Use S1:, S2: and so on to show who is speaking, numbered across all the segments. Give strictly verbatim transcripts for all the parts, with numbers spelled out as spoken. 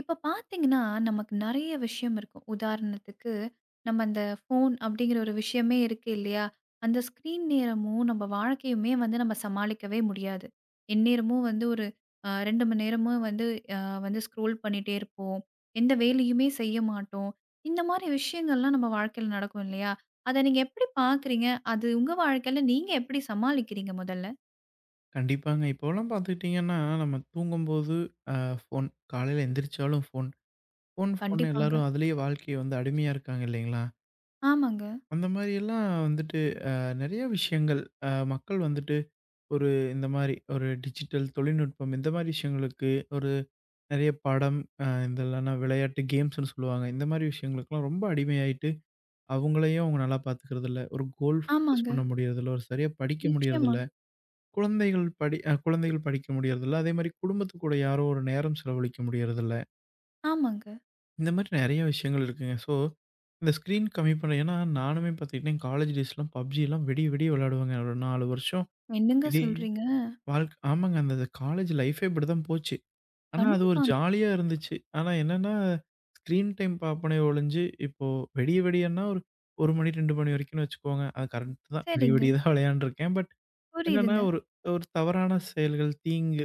S1: இப்ப பார்த்தீங்கன்னா, நமக்கு நெறைய விஷயம் இருக்கும். உதாரணத்துக்கு, நம்ம அந்த ஃபோன் அப்படிங்கிற ஒரு விஷயமே இருக்கு இல்லையா? அந்த ஸ்க்ரீன் நேரமும், நம்ம வாழ்க்கையுமே வந்து நம்ம சமாளிக்கவே முடியாது. எந்நேரமும் வந்து ஒரு அ இரண்டு மணி நேரமும் வந்து அ வந்து ஸ்க்ரோல் பண்ணிட்டே இருப்போம். எந்த வேலையுமே செய்ய மாட்டோம். இந்த மாரி விஷயங்கள்லாம் நம்ம வாழ்க்கையில நடக்கும் இல்லையா? அத நீங்க எப்படி பார்க்குறீங்க? அது உங்க வாழ்க்கையில நீங்க எப்படி சமாளிக்கிறீங்க முதல்ல?
S2: கண்டிப்பாங்க. இப்போலாம் பார்த்துக்கிட்டீங்கன்னா, நம்ம தூங்கும்போது அ ஃபோன், காலையில எந்திரிச்சாலும் ஃபோன், ஃபோன் ஃபோன்னு
S1: கண்டிப்பாங்க.
S2: எல்லாரும் அதிலேயே வாழ்க்கைய வந்து அடிமையா இருக்காங்க இல்லைங்களா?
S1: ஆமாங்க,
S2: அந்த மாரியெல்லாம் வந்துட்டு அ நெறைய விஷயங்கள் அ மக்கள் வந்துட்டு ஒரு இந்த மாரி ஒரு டிஜிட்டல் தொழில்நுட்பம் இந்த மாரி விஷயங்களுக்கு ஒரு நெறைய படம் அ இந்த இல்லன்னா விளையாட்டு கேம்ஸ்ன்னு சொல்லுவாங்க. இந்த மாரி விஷயங்களுக்கெல்லாம் ரொம்ப அடிமையாயிட்டு, அவங்களையும் அவங்க நல்லா பார்த்துக்கிறதில்ல. ஒரு கோல் ஃபோக்கஸ்
S1: ஆமாங்க.
S2: பண்ண முடியறதில்ல. ஒரு சரியா படிக்க
S1: நிச்சயமா.
S2: முடியறதில்ல. குழந்தைகள் படி அ குழந்தைகள் படிக்க முடியறதில்ல. அதேமாரி குடும்பத்து கூட யாரோ ஒரு நேரம் செலவழிக்க முடியறதில்ல.
S1: ஆமாங்க.
S2: இந்த மாரி நெறைய விஷயங்கள் இருக்குங்க. ஸோ, இந்த ஸ்க்ரீன் கம்மி பண்ண ஏன்னா நானுமே பாத்துக்கிட்டீங்கன்னா, என் காலேஜ் டேஸ்லாம் பப்ஜிலாம் விடிய விடிய விளையாடுவேங்க. ஒரு நாலு வருஷம்
S1: என்னங்க
S2: இதே
S1: சொல்றீங்க?
S2: வாழ்க் ஆமாங்க. அந்த காலேஜ் லைஃபே இப்படிதான் போச்சு. ஆனா அது ஒரு
S1: கண்டிப்பாங்க.
S2: ஜாலியா இருந்துச்சு. ஆனா என்னன்னா, ஸ்க்ரீன் டைம் பாப்பனே ஒழிஞ்சு, இப்போ விடிய விடியன்னா ஒரு 1 மணி ரெண்டு மணி வரைக்கும்னு வச்சுக்கோங்க. அது கரெக்ட் தான். விடிய
S1: சரிங்க.
S2: விடிய தான் விளையாண்டுருக்கேன். பட் என்னன்னா,
S1: புரியுதுங்க.
S2: ஒரு ஒரு தவறான செயல்கள், தீங்கு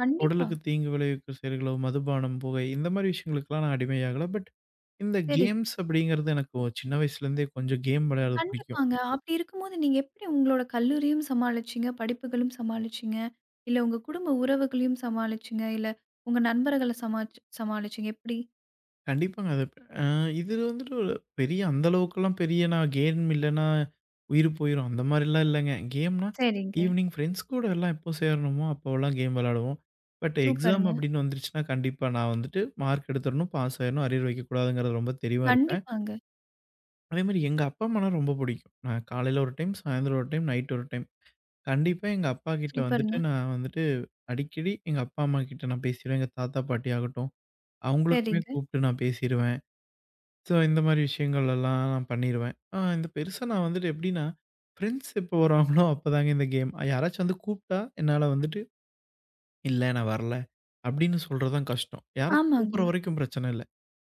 S1: கண்டிப்பா.
S2: உடலுக்கு தீங்கு விளைவிக்கிற செயல்களோ, மதுபானம், புகை இந்த மாரி விஷயங்களுக்கெல்லாம் நான் அடிமையாகல. பட் இந்த
S1: சரி.
S2: கேம்ஸ் அப்படிங்கிறது எனக்கு ஒ சின்ன வயசுலேருந்தே கொஞ்சம் கேம் விளையாட பிடிக்கும்.
S1: கண்டிப்பாங்க. அப்படி இருக்கும்போது நீங்க எப்படி உங்களோட கல்லூரியும் சமாளிச்சீங்க, படிப்புகளும் சமாளிச்சீங்க, இல்ல உங்க குடும்ப உறவுகளையும் சமாளிச்சீங்க, இல்ல உங்க நண்பர்கள சமாளிச் சமாளிச்சீங்க எப்படி?
S2: கண்டிப்பாங்க. அது அ இது வந்துட்டு ஒரு பெரிய அந்த அளவுக்கெல்லாம் பெரிய நான் கேம் இல்லன்னா, உயிர் போயிரும் அந்த மாரிலாம் இல்லங்க. கேம்னா
S1: சரிங்க.
S2: ஈவினிங் ஃப்ரெண்ட்ஸ் கூட எல்லாம் எப்போ சேரணுமோ அப்போலாம் கேம் விளையாடுவோம். பட் எக்ஸாம்
S1: சூப்பருங்க.
S2: அப்படின்னு வந்துருச்சுன்னா, கண்டிப்பா நான் வந்துட்டு மார்க் எடுத்துரணும், பாஸ் ஆயிரணும், அரியர் வைக்கக்கூடாதுங்கிறது ரொம்ப தெளிவா இருப்பேன்.
S1: கண்டிப்பாங்க.
S2: அதேமாரி எங்க அப்பா அம்மானா ரொம்ப பிடிக்கும். நான் காலையில ஒரு டைம், சாயந்தரம் ஒரு டைம், நைட் ஒரு டைம் கண்டிப்பா எங்க அப்பாகிட்ட வந்துட்டு
S1: சூப்பருங்க.
S2: நான் வந்துட்டு அடிக்கடி எங்க அப்பா, அம்மாகிட்ட நான் பேசிருவேன். எங்க தாத்தா, பாட்டி ஆகட்டும், அவங்களுக்குமே
S1: சரிங்க.
S2: கூப்பிட்டு நான் பேசிருவேன். ஸோ இந்த மாரி விஷயங்கள் எல்லாம் நான் பண்ணிருவேன். ஆ இந்த பெருசா நான் வந்துட்டு எப்படின்னா, ஃப்ரெண்ட்ஸ் எப்போ வராங்களோ அப்பதாங்க இந்த கேம். யாராச்சும் வந்து கூப்பிட்டா என்னால வந்துட்டு, "இல்ல நான் வரல" அப்படின்னு சொல்றது தான் கஷ்டம். யாராச்சும்
S1: ஆமாங்க,
S2: கூப்பிடுற வரைக்கும் பிரச்சனை இல்ல.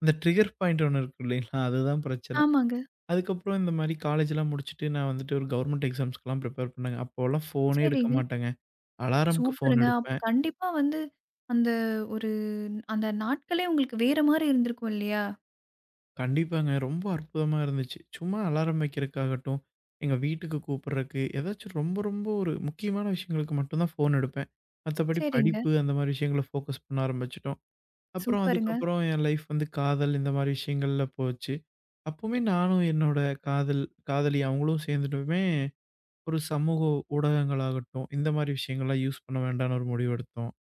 S2: இந்த ட்ரிகர் பாயிண்ட் ஒண்ணு இருக்கு இல்லைங்களா? அதுதான் பிரச்சனை.
S1: ஆமாங்க.
S2: அதுக்கப்புறம் இந்த மாரி காலேஜ்லாம் முடிச்சுட்டு நான் வந்துட்டு ஒரு கவர்மெண்ட் எக்ஸாம்ஸ்க்குலாம் ப்ரிப்பேர் பண்ணேங்க. அப்போலாம் ஃபோனே எடுக்க
S1: சரிங்க.
S2: மாட்டேங்க. அலாரம்க்கு ஃபோன்
S1: சூப்பருங்க. அப்ப
S2: எடுப்பேன்.
S1: கண்டிப்பா வந்து அந்த ஒரு அந்த நாட்களே உங்களுக்கு வேற மாரி இருந்திருக்கும் இல்லையா?
S2: கண்டிப்பாங்க. ரொம்ப அற்புதமா இருந்துச்சு. சும்மா அலாரம் வைக்கிறக்காகட்டும், எங்க வீட்டுக்கு கூப்பிடுறக்கு, ஏதாச்சும் ரொம்ப ரொம்ப ஒரு முக்கியமான விஷயங்களுக்கு மட்டும் தான் ஃபோன் எடுப்பேன். மத்தபடி
S1: சரிங்க.
S2: படிப்பு அந்த மாரி விஷயங்கள ஃபோக்கஸ் பண்ண ஆரம்பிச்சுட்டோம். அப்புறம்
S1: சூப்பருங்க.
S2: அதுக்கப்புறம் என் லைஃப் வந்து காதல் இந்த மாரி விஷயங்கள்ல போச்சு. அப்பவுமே நானும் என்னோட காதல் காதலி அவங்களும் சேர்ந்துட்டுமே ஒரு சமூக ஊடகங்களாகட்டும், இந்த மாரி விஷயங்கள்லாம் யூஸ் பண்ண வேண்டாம்ன்னு ஒரு முடிவு எடுத்தோம்.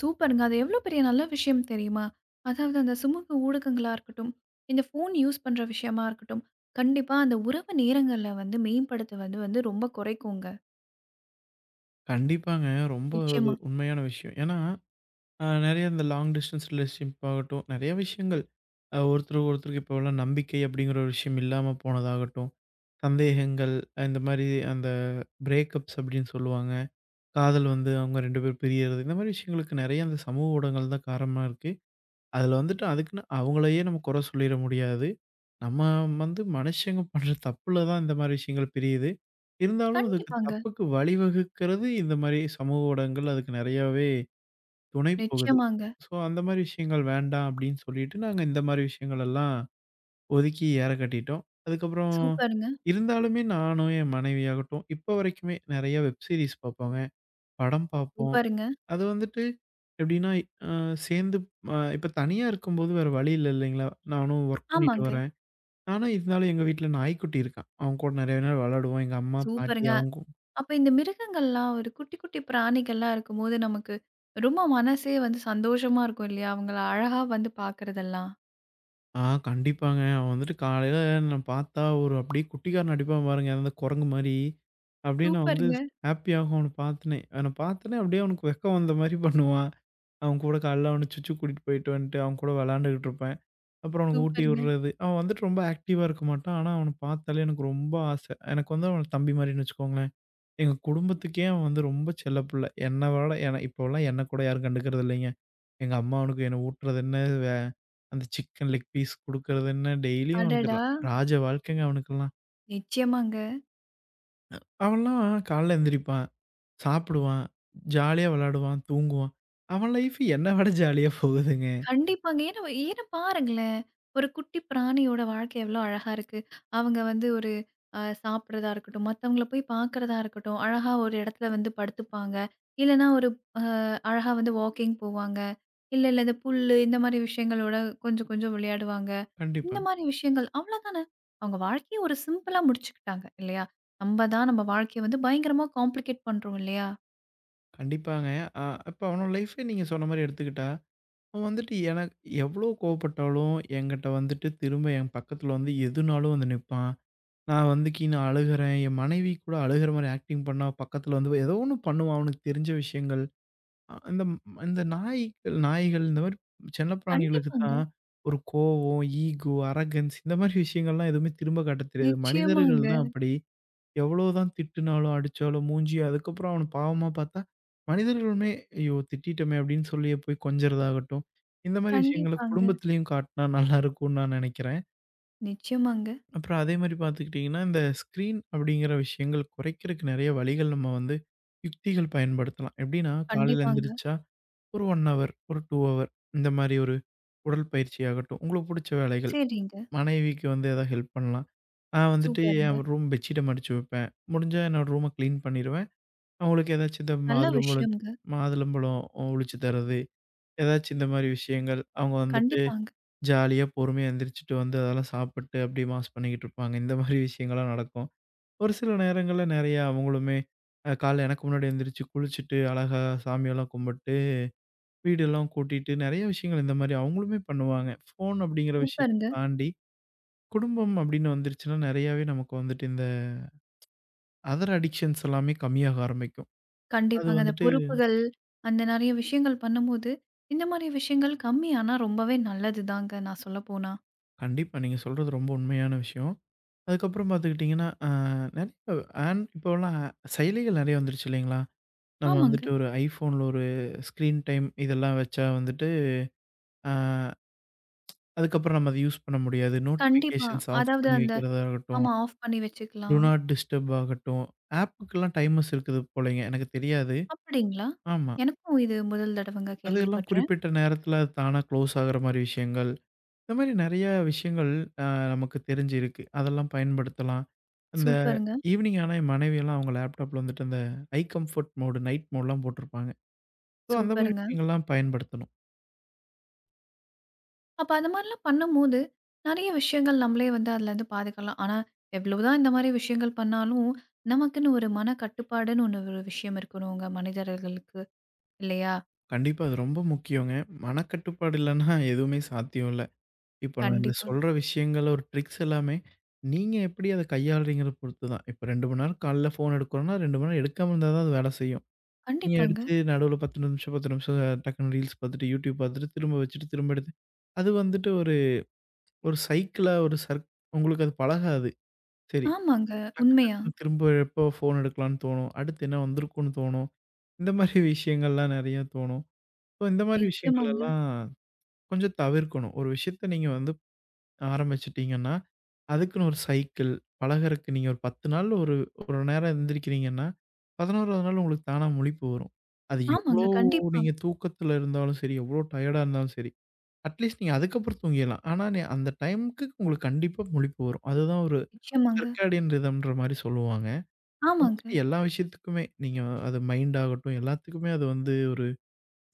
S1: சூப்பருங்க. அது எவ்ளோ பெரிய நல்ல விஷயம் தெரியுமா? அதாவது அந்த சமூக ஊடகங்களா இருக்கட்டும், இந்த ஃபோன் யூஸ் பண்ற விஷயமா இருக்கட்டும், கண்டிப்பா அந்த உறவு நேரங்கள்ல வந்து மேம்படுத்துவது வந்து ரொம்ப குறைக்குங்க.
S2: கண்டிப்பாங்க. ரொம்ப அது
S1: நிச்சயமா.
S2: உண்மையான விஷயம். ஏன்னா அ நெறைய இந்த லாங் டிஸ்டன்ஸ் ரிலேஷன்ஷிப் ஆகட்டும், நெறைய விஷயங்கள். அ ஒருத்தருக்கு ஒருத்தருக்கு இப்போலாம் நம்பிக்கை அப்படிங்கிற ஒரு விஷயம் இல்லாம போனதாகட்டும், சந்தேகங்கள், ஆஹ் இந்த மாரி அந்த பிரேக்கப்ஸ் அப்படின்னு சொல்லுவாங்க. காதல் வந்து அவங்க ரெண்டு பேரும் பிரியறது. இந்த மாரி விஷயங்களுக்கு நெறைய அந்த சமூக ஊடகங்கள் தான் காரணமா இருக்கு. அதுல வந்துட்டு அதுக்குன்னு அவங்களையே நம்ம குறை சொல்லிற முடியாது. நம்ம வந்து மனுஷங்க பண்ற தப்புல தான் இந்த மாரி விஷயங்கள் பிரியுது. இருந்தாலும் அதுக்கு
S1: கண்டிப்பாங்க.
S2: தப்புக்கு வழிவகுக்கிறது இந்த மாரி சமூக ஊடகங்கள் அதுக்கு நெறையாவே துணை போகுது.
S1: நிச்சயமாங்க.
S2: ஸோ அந்த மாரி விஷயங்கள் வேண்டாம் அப்படின்னு சொல்லிட்டு, நாங்க இந்த மாரி விஷயங்கள் எல்லாம் ஒதுக்கி ஏற கட்டிட்டோம். அதுக்கப்புறம்
S1: சூப்பருங்க,
S2: இருந்தாலுமே நானும், என் மனைவியாகட்டும், இப்போ வரைக்குமே நெறைய வெப் சீரிஸ் பார்ப்போங்க. படம் பார்ப்போம்.
S1: சூப்பருங்க.
S2: அது வந்துட்டு எப்படின்னா, அ சேர்ந்து அ இப்போ தனியா இருக்கும்போது வேற வழி இல்ல இல்லைங்களா? நானும் ஒர்க் பண்ணிட்டு
S1: ஆமாங்க.
S2: வரேன். ஆனா இருந்தாலும் எங்க வீட்ல நாய்க்குட்டி இருக்கான். அவன் கூட நெறைய நேரம் விளையாடுவோம். எங்க அம்மா, பாட்டி
S1: சூப்பருங்க.
S2: அவங்க
S1: அப்ப இந்த மிருகங்கள்லாம் ஒரு குட்டி, குட்டி பிராணிகள்லாம் இருக்கும்போது நமக்கு ரொம்ப மனசே வந்து சந்தோஷமா இருக்கும் இல்லையா? அவங்கள அழகா வந்து பார்க்குறதெல்லாம்.
S2: ஆ கண்டிப்பாங்க. அவன் வந்துட்டு காலையில நான் பார்த்தா ஒரு அப்படியே குட்டிக்காரன் அடிப்பான் பாருங்க. அந்த குரங்கு மாரி. அப்படியே நான் வந்து
S1: சூப்பருங்க,
S2: ஹேப்பியாகும் அவன பார்த்தோனே. அவன பார்த்தோனே அப்படியே அவனுக்கு வெக்கம் வந்த மாரி பண்ணுவான். அவன் கூட காலைல அவன சுச்சு கூட்டிட்டு போயிட்டு வந்துட்டு, அவன் கூட விளையாண்டுகிட்டு இருப்பேன். அப்புறம் அவனுக்கு ஊட்டி
S1: சூப்பருங்க.
S2: விடுறது. அவன் வந்துட்டு ரொம்ப ஆக்டிவா இருக்க மாட்டான். ஆனா அவன பார்த்தாலே எனக்கு ரொம்ப ஆசை. எனக்கு வந்து அவன தம்பி மாரின்னு வச்சுக்கோங்களேன். எங்க குடும்பத்துக்கே அவன் வந்து ரொம்ப செல்ல பிள்ளை. என்ன விட என்ன இப்போலாம் என்ன கூட யாரும் கண்டுக்கிறது இல்லைங்க. எங்க அம்மாவனுக்கு என்ன ஊட்டுறது என்ன, வே அந்த சிக்கன் லெக் பீஸ் குடுக்குறது என்ன, டெய்லியும் அவனுக்கு
S1: அடடா!
S2: ரா ராஜ வாழ்க்கைங்க அவனுக்கெல்லாம்.
S1: நிச்சயமாங்க.
S2: அவன்லாம் காலைல எந்திரிப்பான், சாப்பிடுவான், ஜாலியா விளையாடுவான், தூங்குவான். அவன் லைஃப் என்ன விட ஜாலியா போகுதுங்க.
S1: கண்டிப்பாங்க. ஏன்னா ஏன்னா பாருங்களேன், ஒரு குட்டி பிராணியோட வாழ்க்கை எவ்வளோ அழகா இருக்கு. அவங்க வந்து ஒரு அ சாப்பிடுறதா இருக்கட்டும், மத்தவங்கள போய் பார்க்கறதா இருக்கட்டும், அழகா ஒரு இடத்துல வந்து படுத்துப்பாங்க. இல்லன்னா ஒரு அ அழகா வந்து வாக்கிங் போவாங்க. இல்ல, இல்ல இந்த புல்லு இந்த மாரி விஷயங்களோட கொஞ்சம் கொஞ்சம் விளையாடுவாங்க.
S2: கண்டிப்பா.
S1: இந்த மாரி விஷயங்கள் அவ்வளோதானே. அவங்க வாழ்க்கைய ஒரு சிம்பிளா முடிச்சுக்கிட்டாங்க இல்லையா? நம்ம தான் நம்ம வாழ்க்கைய வந்து பயங்கரமா காம்ப்ளிகேட் பண்றோம் இல்லையா?
S2: கண்டிப்பாங்க. அ இப்ப அவனோட லைஃபே நீங்க சொன்ன மாரி எடுத்துக்கிட்டா, அவன் வந்துட்டு எனக்கு எவ்ளோ கோவப்பட்டாலும் என்கிட்ட வந்துட்டு திரும்ப என் பக்கத்துல வந்து எதுனாலும் வந்து நிப்பான். நான் வந்து கீன்னு அழுகுறேன், என் மனைவி கூட அழுகுற மாரி ஆக்டிங் பண்ணா, பக்கத்துல வந்து ஏதோ ஒண்ணு பண்ணுவான் அவனுக்கு தெரிஞ்ச விஷயங்கள். அ இந்த இந்த நாய்கள் நாய்கள் இந்த மாரி செல்ல பிராணிகளுக்கு
S1: கண்டிப்பாங்க.
S2: தான் ஒரு கோவம், ஈகோ, அரகன்ஸ் இந்த மாரி விஷயங்கள்லாம் எதுவுமே திரும்ப காட்டத் தெரியாது. மனிதர்கள்
S1: நிச்சயமாங்க.
S2: தான் அப்படி. எவ்வளோதான் திட்டுனாலும், அடிச்சாலும் மூஞ்சி அதுக்கப்புறம் அவன பாவமா பார்த்தா, மனிதர்களுமே "ஐயோ! திட்டிட்டோமே" அப்படின்னு சொல்லியே போய் கொஞ்சறதாகட்டும். இந்த மாரி விஷயங்கள
S1: கண்டிப்பாங்க.
S2: குடும்பத்திலயும் காட்டுனா நல்லா இருக்கும்னு நான் நெனைக்கிறேன்.
S1: நிச்சயமாங்க.
S2: அப்புறம் அதே மாரி பார்த்துக்கிட்டிங்கன்னா, இந்த ஸ்க்ரீன் அப்படிங்கிற விஷயங்கள் குறைக்கிறதுக்கு நெறைய வழிகள் நம்ம வந்து யுக்திகள் பயன்படுத்தலாம். எப்படின்னா, காலையில
S1: கண்டிப்பாங்க.
S2: எந்திரிச்சா ஒரு 1 ஹவர், ஒரு ரெண்டு ஹவர் இந்த மாரி ஒரு உடற்பயிற்சி ஆகட்டும், உங்களுக்கு புடிச்ச வேலைகள்.
S1: சரிங்க.
S2: மனைவிக்கு வந்து எதாவது ஹெல்ப் பண்ணலாம். நான் வந்துட்டு
S1: சூப்பருங்க.
S2: என் ரூம் பெட்ஷீட்ட மடிச்சு வைப்பேன். முடிஞ்சா என்னோட ரூம கிளீன் பண்ணிருவேன். அவங்களுக்கு ஏதாச்சும் இந்த
S1: நல்ல
S2: மாதுளம்பழம்
S1: விஷயம்ங்க.
S2: மாதுளம்பழம் உழிச்சு தர்றது, ஏதாச்சும் இந்த மாரி விஷயங்கள். அவங்க வந்துட்டு
S1: கண்டிப்பாங்க.
S2: ஜாலியா பொறுமையா எந்திரிச்சுட்டு வந்து அதெல்லாம் சாப்பிட்டு அப்படியே மாஸ் பண்ணிக்கிட்டு இருப்பாங்க. இந்த மாரி விஷயங்கள்லாம் நடக்கும். ஒரு சில நேரங்கள்ல நெறையா அவங்களுமே அ காலைல எனக்கு முன்னாடி எந்திரிச்சு குளிச்சுட்டு அழகா சாமியெல்லாம் கும்பிட்டு வீடெல்லாம் கூட்டிட்டு நெறைய விஷயங்கள் இந்த மாரி அவங்களுமே பண்ணுவாங்க. ஃபோன் அப்படிங்கிற விஷயத்த
S1: சூப்பருங்க.
S2: தாண்டி, குடும்பம் அப்படின்னு வந்துருச்சுன்னா, நெறையாவே நமக்கு வந்துட்டு இந்த அதர் அடிக்ஷன்ஸ் எல்லாமே கம்மியாக ஆரம்பிக்கும். அது
S1: கண்டிப்பாங்க. அந்த
S2: வந்துட்டு
S1: பொறுப்புகள், அந்த நெறைய விஷயங்கள் பண்ணும்போது, இந்த மாரி விஷயங்கள் கம்மியானா ரொம்பவே நல்லது தாங்க, நான் சொல்லப்போனா.
S2: கண்டிப்பா நீங்க சொல்றது ரொம்ப உண்மையான விஷயம். அதுக்கப்புறம் பார்த்துக்கிட்டிங்கன்னா, அ நெறைய ஆன் இப்போலாம் செயலிகள் நெறைய வந்துருச்சு இல்லைங்களா? நம்ம வந்துட்டு
S1: ஆமாங்க.
S2: ஒரு iPhoneல ஒரு ஸ்க்ரீன் டைம் இதெல்லாம் வச்சா வந்துட்டு, அ அதுக்கப்புறம் நம்ம அத யூஸ் பண்ண முடியாது.
S1: கண்டிப்பா.
S2: நோட்டிஃபிகேஷன்ஸ் ஆஃப்
S1: அதாவது
S2: பண்ணி
S1: அந்த
S2: வைக்கிறதாகட்டும்.
S1: ஆமா ஆஃப் பண்ணி
S2: டூ
S1: வச்சுக்கலாம்.
S2: நாட் டிஸ்டர்ப் ஆகட்டும். ஆப்புக்கெல்லாம் டைமர்ஸ் இருக்குது போலங்க. எனக்கு தெரியாது.
S1: அப்படிங்களா?
S2: ஆமா.
S1: எனக்கும் இது முதல் தடவைங்க
S2: அதெல்லாம்
S1: கேள்விப்பட்றேன்.
S2: குறிப்பிட்ட நேரத்தில அது தானா க்ளோஸ் ஆகுற மாரி விஷயங்கள். இந்த மாரி நெறைய விஷயங்கள் அ நமக்கு தெரிஞ்சு இருக்கு. அதெல்லாம் பயன்படுத்தலாம். அந்த
S1: சூப்பருங்க,
S2: ஈவ்னிங் ஆனா என் மனைவியெல்லாம் அவங்க லேப்டாப்ல வந்துட்டு அந்த ஐ கம்ஃபோர்ட் மோடு, நைட் மோடுலாம் போட்டிருப்பாங்க. ஸோ அந்த மாரி
S1: சூப்பருங்க.
S2: விஷயங்கள்லாம் பயன்படுத்தணும்.
S1: அப்ப அந்த மாரிலாம் பண்ணும்போது, நெறைய விஷயங்கள் நம்மளே வந்து அதுலருந்து பாதுகாலாம். ஆனா, எவ்வளவுதான் இந்த மாரி விஷயங்கள் பண்ணாலும், நமக்குன்னு ஒரு மன கட்டுப்பாடுன்னு ஒண்ணு ஒரு விஷயம் இருக்கணுங்க மனிதர்களுக்கு. இல்லையா?
S2: கண்டிப்பா அது ரொம்ப முக்கியங்க. மனக்கட்டுப்பாடு இல்லன்னா எதுவுமே சாத்தியம் இல்ல. இப்ப நான் இந்த
S1: கண்டிப்பா.
S2: சொல்ற விஷயங்கள், ஒரு ட்ரிக்ஸ் எல்லாமே, நீங்க எப்படி அத கையாளுறீங்கறத பொறுத்து தான். இப்ப ரெண்டு மணி நேரம் காலைல ஃபோன் எடுக்கிறோம்னா, ரெண்டு மணி நேரம் எடுக்காம இருந்தா தான் அது வேலை செய்யும். நீங்க
S1: கண்டிப்பாங்க.
S2: எடுத்து நடுவுல பத்து நிமிஷம் பத்து நிமிஷம் டக்குனு ரீல்ஸ் பார்த்துட்டு, யூடியூப் பார்த்துட்டு, திரும்ப வச்சுட்டு, திரும்ப எடுத்து அது வந்துட்டு ஒரு ஒரு சைக்கிளா ஒரு சர்க் உங்களுக்கு அது பழகாது. சரி,
S1: ஆமாங்க.
S2: டக்கு
S1: உண்மையா.
S2: டக்குன்னு திரும்ப எப்போ ஃபோன் எடுக்கலாம்ன்னு தோணும். அடுத்து என்ன வந்திருக்கும்ன்னு தோணும். இந்த மாரி விஷயங்கள்லாம் நெறைய தோணும். ஸோ இந்த மாரி விஷயங்கள்
S1: நிச்சயமாங்க.
S2: எல்லாம் கொஞ்சம் தவிர்க்கணும். ஒரு விஷயத்த நீங்க வந்து ஆரம்பிச்சுட்டீங்கன்னா, அதுக்குன்னு ஒரு சைக்கிள், பழகறக்கு நீங்க ஒரு பத்து நாள் ஒரு 1 நேரம் எந்திரிக்கிறீங்கன்னா, பதினோராவது நாள் உங்களுக்கு தானா முழிப்பு வரும். அது எவ்ளோ
S1: ஆமாங்க.
S2: கண்டிப்பா.
S1: கண்டிப்பா.
S2: நீங்க தூக்கத்துல இருந்தாலும் சரி, எவ்ளோ டயர்டா இருந்தாலும் சரி, அட்லீஸ்ட் நீங்க அதுக்கப்புறம் தூங்கிடலாம். ஆனா, நீ அந்த டைம்க்கு உங்களுக்கு கண்டிப்பா முழிப்பு வரும். அதுதான் ஒரு
S1: நிச்சயமாங்க.
S2: சர்க்காடியன் ரிதம்ன்ற மாரி சொல்லுவாங்க. அது வந்துட்டு
S1: ஆமாங்க.
S2: எல்லா விஷயத்துக்குமே நீங்க அது மைண்ட் ஆகட்டும், எல்லாத்துக்குமே அது வந்து ஒரு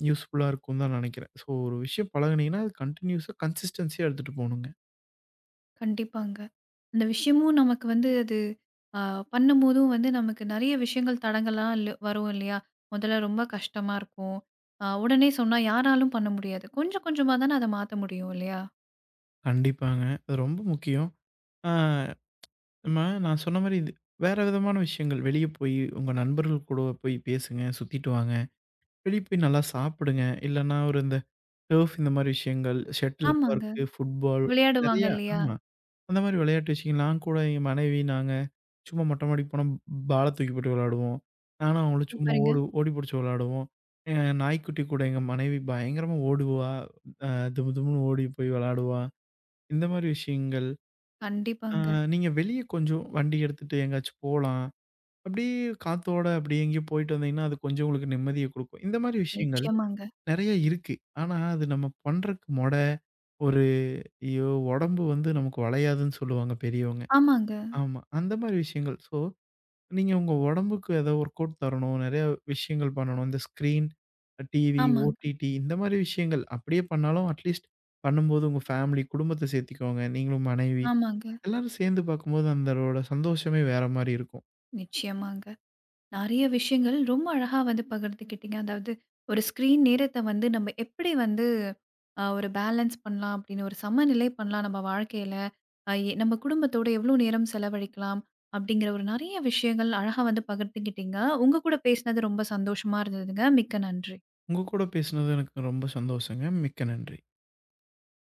S2: யூஸ்ஃபுல்லா இருக்கும்னு தான் நெனைக்கிறேன். ஸோ ஒரு விஷயம் பழகுனீங்கன்னா, அது கன்டினியூஸா கன்சிஸ்டன்ஸியா எடுத்துட்டு போணுங்க.
S1: கண்டிப்பாங்க. அந்த விஷயமும் நமக்கு வந்து அது அ பண்ணும்போதும் வந்து நமக்கு நெறைய விஷயங்கள் தடங்கல்லாம் இல்ல வரும் இல்லையா? முதல்ல ரொம்ப கஷ்டமா இருக்கும். அ உடனே சொன்னா யாராலும் பண்ண முடியாது. கொஞ்சம் கொஞ்சமா தானே அத மாத்த முடியும் இல்லையா?
S2: கண்டிப்பாங்க. அது ரொம்ப முக்கியம். ஆ நம்ம நான் சொன்ன மாரி இது வேற விதமான விஷயங்கள் வெளிய போய் உங்க நண்பர்கள் கூட போய் பேசுங்க, சுத்திட்டு வாங்க. வெளிய போய் நல்லா சாப்பிடுங்க. இல்லன்னா ஒரு இந்த டர்ஃப் இந்த மாரி விஷயங்கள், ஷட்டில்
S1: ஆமாங்க.
S2: கார்க், ஃபுட்பால்
S1: விளையாடுவாங்க
S2: நெறையா
S1: இல்லையா?
S2: ஆமா. அந்த மாரி விளையாட்டு விஷயங்கள் நான் கூட எங்க மனைவி, நாங்க சும்மா மொட்டை மாடிக்கு போனா பால தூக்கி போட்டு விளையாடுவோம். நானும் அவங்களும் சும்மா
S1: சூப்பருங்க.
S2: ஓடு ஓடி புடிச்சு விளையாடுவோம். எ நாய்க்குட்டி கூட எங்க மனைவி பயங்கரமா ஓடுவா. அ துமு துமுன்னு ஓடி போய் விளையாடுவா. இந்த மாரி விஷயங்கள். ஆ,
S1: கண்டிப்பாங்க.
S2: நீங்க வெளிய கொஞ்சம் வண்டி எடுத்துட்டு எங்கேயாச்சும் போலாம். அப்படியே காத்தோட அப்படியே எங்கேயோ போயிட்டு வந்தீங்கன்னா, அது கொஞ்சம் உங்களுக்கு நிம்மதிய குடுக்கும். இந்த மாரி விஷயங்கள்
S1: நிச்சயமாங்க.
S2: நெறைய இருக்கு. ஆனா, அது நம்ம பண்றக்கு மொட ஒரு ஐயோ! உடம்பு வந்து நமக்கு வளையாதுன்னு சொல்லுவாங்க பெரியவங்க.
S1: ஆமாங்க,
S2: ஆமா. அந்த மாரி விஷயங்கள். ஸோ, நீங்க உங்க உடம்புக்கு ஏதோ ஒர்க் அவுட் தரணும். நெறைய விஷயங்கள் பண்ணணும். இந்த ஸ்க்ரீன், டிவி,
S1: ஆமாங்க,
S2: ஓடிடி இந்த மாரி விஷயங்கள் அப்படியே பண்ணாலும், அட்லீஸ்ட் பண்ணும்போது உங்க ஃபேமிலி, குடும்பத்த சேர்த்துக்கோங்க. நீங்களும் மனைவி
S1: ஆமாங்க.
S2: எல்லாரும் சேர்ந்து பார்க்கும்போது அந்தரோட சந்தோஷமே வேற மாரி இருக்கும்.
S1: நிச்சயமாங்க. நெறைய விஷயங்கள் ரொம்ப அழகா வந்து பகிர்ந்துக்கிட்டீங்க. அதாவது ஒரு ஸ்க்ரீன் நேரத்த வந்து நம்ம எப்படி வந்து அ ஒரு பேலன்ஸ் பண்ணலாம் அப்படின்னு ஒரு சமநிலை பண்ணலாம் நம்ம வாழ்க்கையில. அ எ நம்ம குடும்பத்தோட எவ்வளோ நேரம் செலவழிக்கலாம் அப்படிங்கிற ஒரு நெறைய விஷயங்கள் அழகா வந்து பகிர்ந்துக்கிட்டீங்க. உங்க கூட பேசினது ரொம்ப சந்தோஷமா இருந்ததுங்க. மிக்க நன்றி.
S2: உங்க கூட பேசுனது எனக்கு ரொம்ப சந்தோஷங்க. மிக்க நன்றி.